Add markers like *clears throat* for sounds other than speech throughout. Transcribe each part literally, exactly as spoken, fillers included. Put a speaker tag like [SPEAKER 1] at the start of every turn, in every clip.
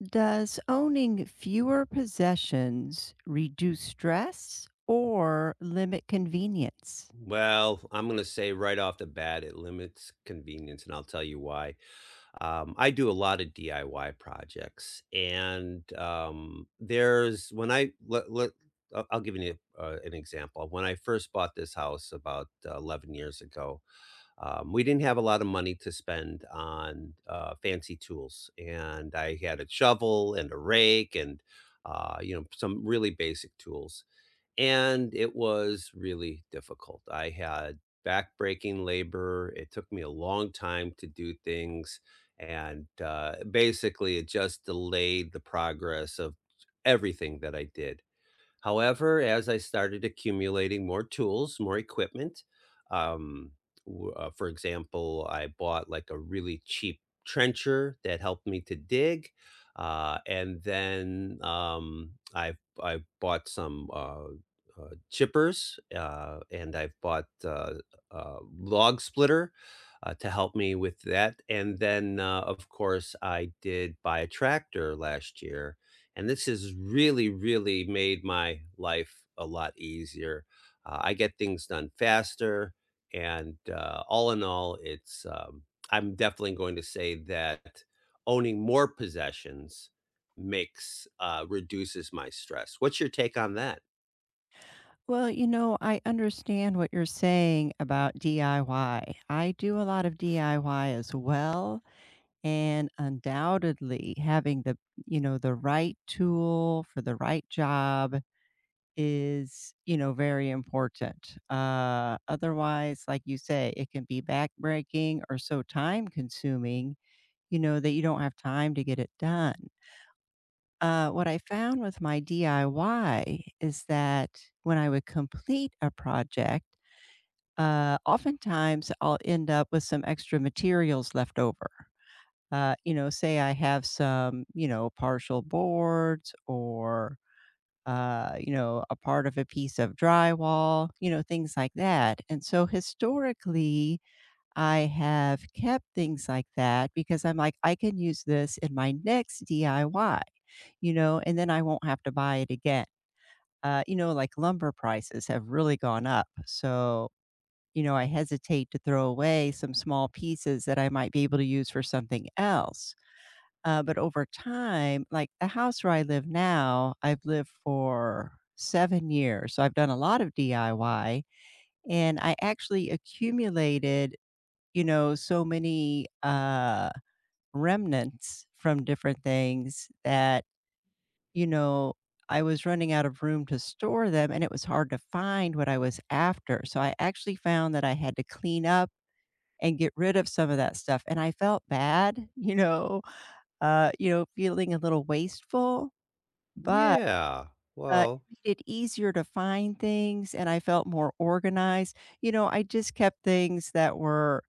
[SPEAKER 1] Does owning fewer possessions reduce stress or limit convenience?
[SPEAKER 2] Well, I'm gonna say right off the bat, it limits convenience, and I'll tell you why. Um, I do a lot of D I Y projects, and um, there's when I let, let I'll I'll give you uh, an example. When I first bought this house about uh, eleven years ago, um, we didn't have a lot of money to spend on uh, fancy tools, and I had a shovel and a rake and uh, you know some really basic tools, and it was really difficult. I had backbreaking labor. It took me a long time to do things. And uh, basically, it just delayed the progress of everything that I did. However, as I started accumulating more tools, more equipment, um, w- uh, for example, I bought like a really cheap trencher that helped me to dig. Uh, and then um, I I bought some uh, uh, chippers uh, and I've bought uh, a log splitter uh, to help me with that. And then, uh, of course, I did buy a tractor last year, and this has really, really made my life a lot easier. Uh, I get things done faster, and uh, all in all, it's um, I'm definitely going to say that owning more possessions makes uh, reduces my stress. What's your take on that?
[SPEAKER 1] Well, you know, I understand what you're saying about D I Y. I Y. I do a lot of D I Y as well, and undoubtedly having the, you know, the right tool for the right job is, you know, very important. Uh otherwise, like you say, it can be backbreaking or so time consuming, you know, that you don't have time to get it done. Uh, what I found with my D I Y is that when I would complete a project, uh, oftentimes I'll end up with some extra materials left over. Uh, you know, say I have some, you know, partial boards or, uh, you know, a part of a piece of drywall, you know, things like that. And so historically, I have kept things like that because I'm like, "I can use this in my next D I Y," you know, and then I won't have to buy it again. Uh, you know, like lumber prices have really gone up, so, you know, I hesitate to throw away some small pieces that I might be able to use for something else. Uh, but over time, like the house where I live now, I've lived for seven years, so I've done a lot of D I Y, and I actually accumulated, you know, so many, uh, remnants from different things that, you know, I was running out of room to store them, and it was hard to find what I was after, so I actually found that I had to clean up and get rid of some of that stuff, and I felt bad, you know, uh, you know, feeling a little wasteful, but
[SPEAKER 2] Yeah.
[SPEAKER 1] uh,
[SPEAKER 2] Well.
[SPEAKER 1] it made it easier to find things, and I felt more organized. You know, I just kept things that were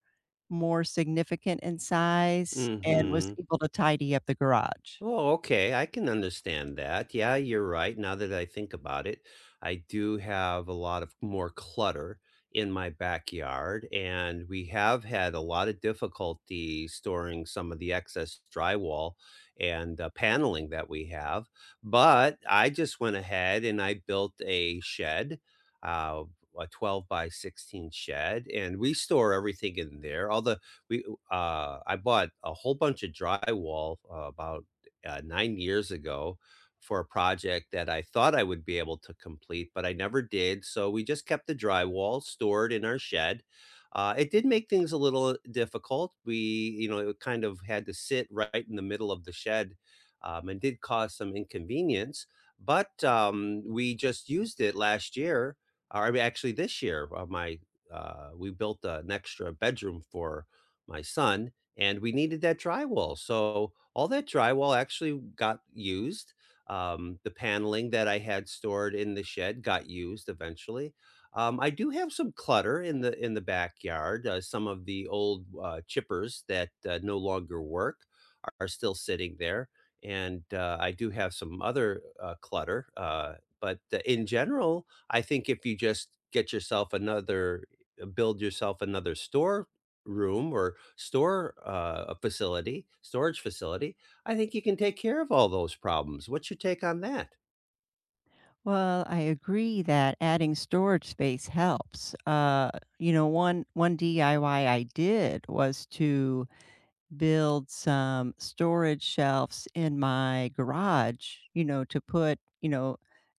[SPEAKER 1] more significant in size
[SPEAKER 2] Mm
[SPEAKER 1] and was
[SPEAKER 2] hmm
[SPEAKER 1] able to tidy up the garage.
[SPEAKER 2] Oh, okay. I can understand that. Yeah, you're right. Now that I think about it, I do have a lot of more clutter in my backyard, and we have had a lot of difficulty storing some of the excess drywall and uh, paneling that we have. But I just went ahead and I built a shed, uh, a twelve by sixteen shed, and we store everything in there. All the we uh, I bought a whole bunch of drywall uh, about uh, nine years ago for a project that I thought I would be able to complete, but I never did. So we just kept the drywall stored in our shed. Uh, it did make things a little difficult. We, you know, it kind of had to sit right in the middle of the shed, um, and did cause some inconvenience. But um, we just used it last year, or I mean, actually this year. Uh, my uh, We built an extra bedroom for my son, and we needed that drywall. So all that drywall actually got used. Um, the paneling that I had stored in the shed got used eventually. Um, I do have some clutter in the in the backyard. Uh, some of the old uh, chippers that uh, no longer work are, are still sitting there, and uh, I do have some other uh, clutter. Uh, but uh, In general, I think if you just get yourself another, uh, build yourself another store room or store uh, a facility, storage facility, I think you can take care of all those problems. What's your take on that?
[SPEAKER 1] Well, I agree that adding storage space helps. Uh, you know, one one D I Y I Y I did was to build some storage shelves in my garage, you know, to put, you know,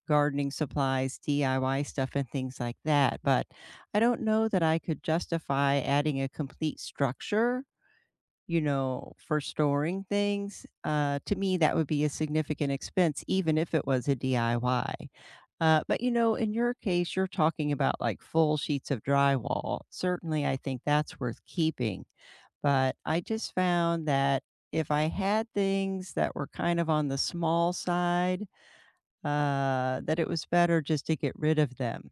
[SPEAKER 1] gardening supplies, D I Y stuff, and things like that. But I don't know that I could justify adding a complete structure, you know, for storing things. Uh, to me, that would be a significant expense, even if it was a D I Y. Uh, but, you know, in your case, you're talking about like full sheets of drywall. Certainly, I think that's worth keeping. But I just found that if I had things that were kind of on the small side, uh, that it was better just to get rid of them.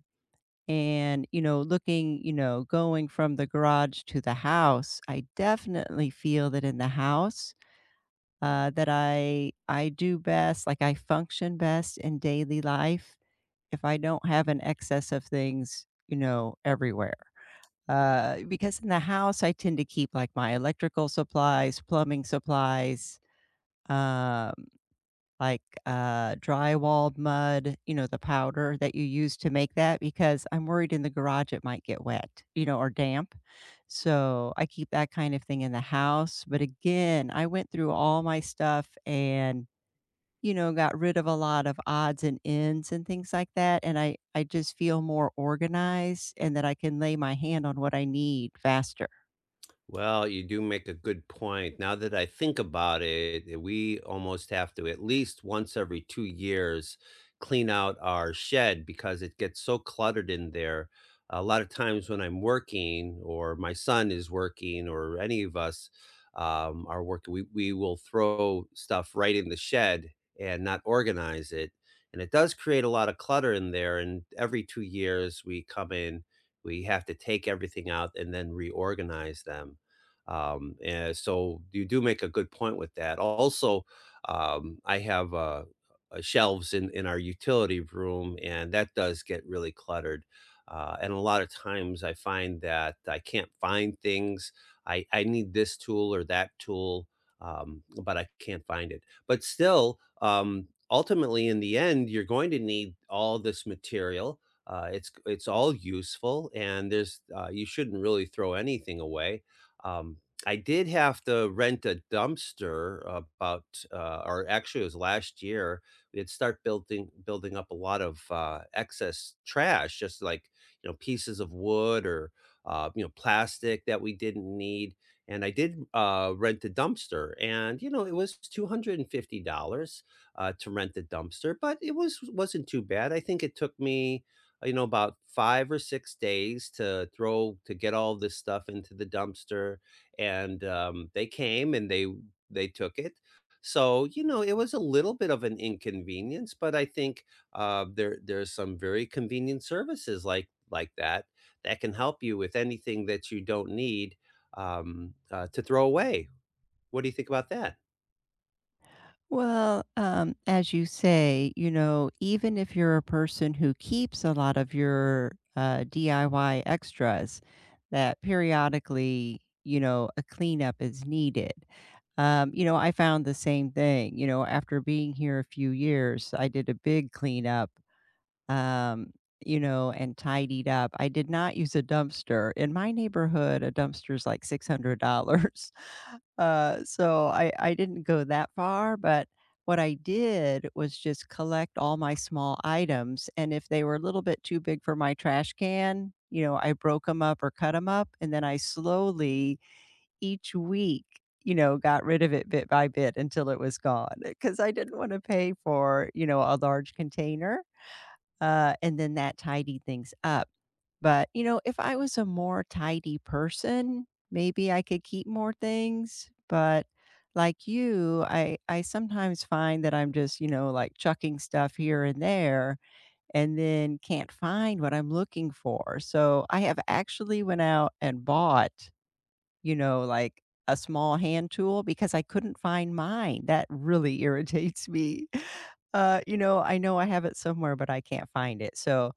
[SPEAKER 1] And, you know, looking, you know, going from the garage to the house, I definitely feel that in the house, uh, that I I do best, like I function best in daily life if I don't have an excess of things, you know, everywhere. Uh, because in the house, I tend to keep like my electrical supplies, plumbing supplies, uh, like, uh, drywalled mud, you know, the powder that you use to make that because I'm worried in the garage it might get wet, you know, or damp. So I keep that kind of thing in the house. But again, I went through all my stuff and, you know, got rid of a lot of odds and ends and things like that. And I, I just feel more organized and that I can lay my hand on what I need faster.
[SPEAKER 2] Well, you do make a good point. Now that I think about it, eh, we almost have to at least once every two years clean out our shed because it gets so cluttered in there. A lot of times when I'm working or my son is working or any of us um, are working, we, we will throw stuff right in the shed and not organize it. And it does create a lot of clutter in there. And every two years we come in, we have to take everything out and then reorganize them. Um, and so you do make a good point with that. Also, um, I have uh, uh, shelves in in our utility room, and that does get really cluttered. Uh, and a lot of times, I find that I can't find things. I I need this tool or that tool, um, but I can't find it. But still, um, ultimately, in the end, you're going to need all this material. Uh, it's it's all useful, and there's uh, you shouldn't really throw anything away. Um, I did have to rent a dumpster about, uh, or actually it was last year. We had start building building up a lot of uh, excess trash, just like, you know, pieces of wood or uh, you know plastic that we didn't need. And I did uh, rent a dumpster, and you know it was two hundred and fifty dollars uh, to rent the dumpster, but it was wasn't too bad. I think it took me uh, you know about five or six days to throw to get all this stuff into the dumpster, and um, they came and they they took it. So you know, it was a little bit of an inconvenience, but I think uh, there there's some very convenient services like like that that can help you with anything that you don't need, um, uh, to throw away. What do you think about that?
[SPEAKER 1] Well, um, as you say, you know, even if you're a person who keeps a lot of your uh, D I Y extras, that periodically, you know, a cleanup is needed. Um, you know, I found the same thing. You know, after being here a few years, I did a big cleanup, um, you know, and tidied up. I did not use a dumpster. In my neighborhood, a dumpster is like six hundred dollars. Uh, so I I didn't go that far, but what I did was just collect all my small items, and if they were a little bit too big for my trash can, you know, I broke them up or cut them up, and then I slowly, each week, you know, got rid of it bit by bit until it was gone. Because I didn't wanna pay for, you know, a large container. Uh, and then that tidied things up. But, you know, if I was a more tidy person, maybe I could keep more things, but like you, I I sometimes find that I'm just, you know, like chucking stuff here and there and then can't find what I'm looking for. So, I have actually went out and bought, you know, like a small hand tool because I couldn't find mine. That really irritates me. *laughs* Uh, you know, I know I have it somewhere, but I can't find it. So,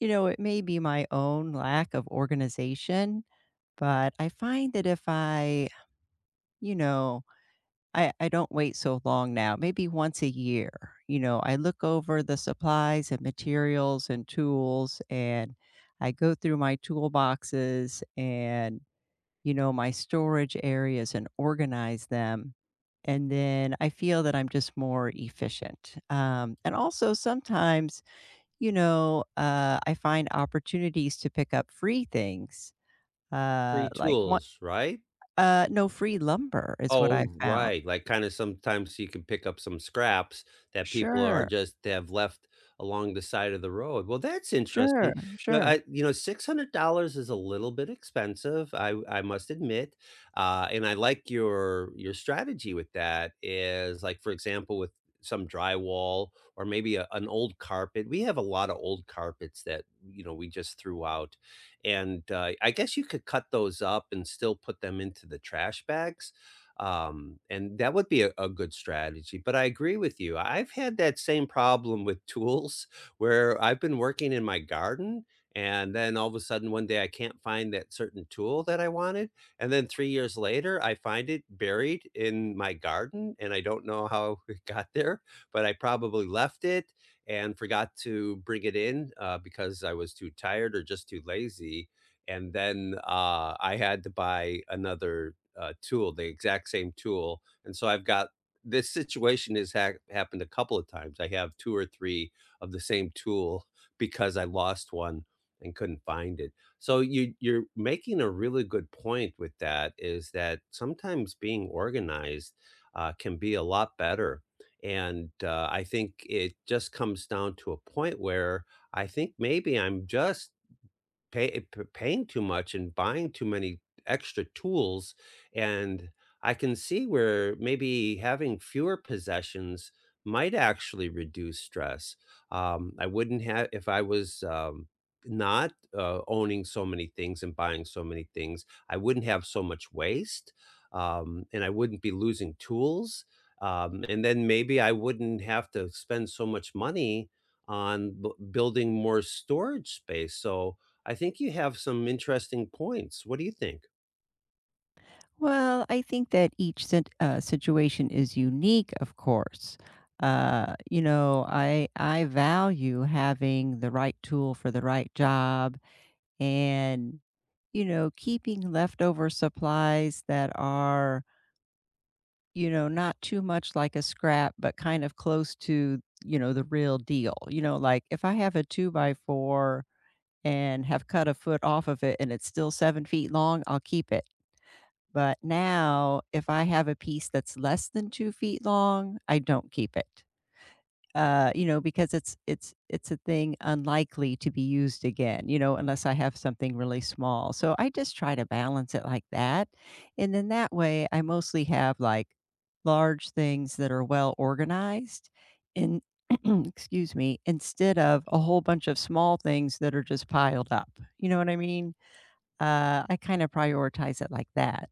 [SPEAKER 1] you know, it may be my own lack of organization, but I find that if I, you know, I, I don't wait so long now, maybe once a year, you know, I look over the supplies and materials and tools and I go through my toolboxes and, you know, my storage areas and organize them. And then I feel that I'm just more efficient. Um, and also sometimes, you know, uh, I find opportunities to pick up free things, uh,
[SPEAKER 2] Free
[SPEAKER 1] like one,
[SPEAKER 2] tools, right?
[SPEAKER 1] uh, no, free lumber is what
[SPEAKER 2] Oh,
[SPEAKER 1] I found.
[SPEAKER 2] right, like, kinda sometimes you can pick up some scraps that people are
[SPEAKER 1] Sure,
[SPEAKER 2] just they have left along the side of the road. Well, that's
[SPEAKER 1] sure,
[SPEAKER 2] interesting. You know,
[SPEAKER 1] sure.
[SPEAKER 2] I you know, six hundred dollars is a little bit expensive, I I must admit, uh, and I like your your strategy with that is, like, for example, with some drywall or maybe a an old carpet. We have a lot of old carpets that, you know, we just threw out, and, uh, I guess you could cut those up and still put them into the trash bags, um, and that would be a, a good strategy. But I agree with you. I've had that same problem with tools *laughs* where I've been working in my garden, and then all of a sudden one day I can't find that certain tool that I wanted. And then three years later, I find it buried in my garden and I don't know how *laughs* it got there, but I probably left it and forgot to bring it in uh, because I was too tired or just too lazy. And then uh, I had to buy another uh, tool, the exact same tool, and so I've got this situation has ha happened a couple of times. I have two or three of the same tool *laughs* because I lost one and couldn't find it. So you you're making a really good point with that, is that sometimes being organized, uh, can be a lot better, and, uh, I think it just comes down to a point where I think maybe I'm just pay p paying too much and buying too many extra tools, and I can see where maybe having fewer possessions might actually reduce stress. Um, I wouldn't have if I was, um, not, uh, owning so many things and buying so many things, I wouldn't have so much waste, um, and I wouldn't be losing tools, um, and then maybe I wouldn't have to spend so much money on b building more storage space, so I think you have some interesting points. What do you think?
[SPEAKER 1] Well, I think that each sit uh, situation is unique, of course. Uh, you know, I I value having the right tool for the right job and, you know, keeping leftover supplies that are, you know, not too much like a scrap, but kind of close to, you know, the real deal. You know, like if I have a two by four and have cut a foot off of it and it's still seven feet long, I'll keep it. But now, if I have a piece that's less than two feet long, I don't keep it. Uh, you know, because it's it's it's a thing unlikely to be used again, you know, unless I have something really small. So I just try to balance it like that, and then that way, I mostly have, like, large things that are well organized in *clears throat* excuse me, instead of a whole bunch of small things that are just piled up, you know what I mean? Uh, I kinda prioritize it like that.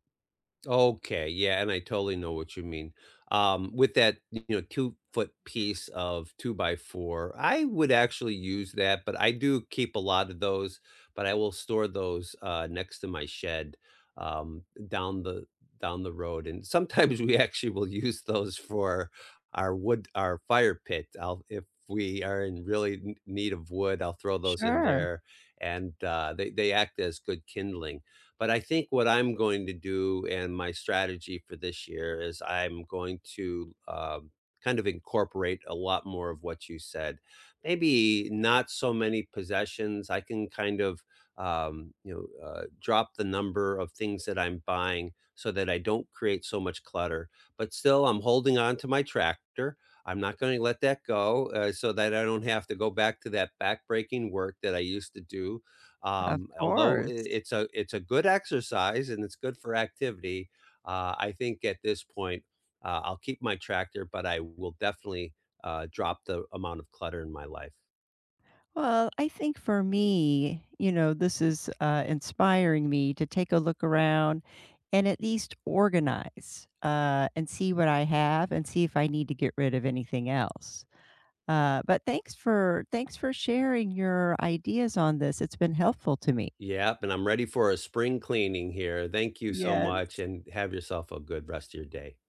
[SPEAKER 2] Okay, yeah, and I totally know what you mean. Um, with that, you know, two-foot piece of two by four, I would actually use that, but I do keep a lot of those, but I will store those uh, next to my shed, um, down the down the road, and sometimes *laughs* we actually will use those for our wood, our fire pit. I'll if we are in really n- need of wood, I'll throw those in
[SPEAKER 1] Sure.
[SPEAKER 2] there, and uh, they they act as good kindling, but I think what I'm going to do and my strategy for this year is I'm going to um, kind of incorporate a lot more of what you said. Maybe not so many possessions. I can kind of um, you know uh, drop the number of things that I'm buying so that I don't create so much clutter. But still, I'm holding on to my tractor. I'm not going to let that go uh, so that I don't have to go back to that backbreaking work that I used to do.
[SPEAKER 1] Of
[SPEAKER 2] Um, although I
[SPEAKER 1] course.
[SPEAKER 2] it's a it's a good exercise and it's good for activity, uh, I think at this point, uh, I'll keep my tractor, but I will definitely, uh, drop the amount of clutter in my life.
[SPEAKER 1] Well, I think for me, you know, this is uh, inspiring me to take a look around and at least organize uh, and see what I have and see if I need to get rid of anything else. Uh, but thanks for thanks for sharing your ideas on this. It's been helpful to me.
[SPEAKER 2] Yep, and I'm ready for a spring cleaning here. Thank you so
[SPEAKER 1] Yes.
[SPEAKER 2] much, and have yourself a good rest of your day.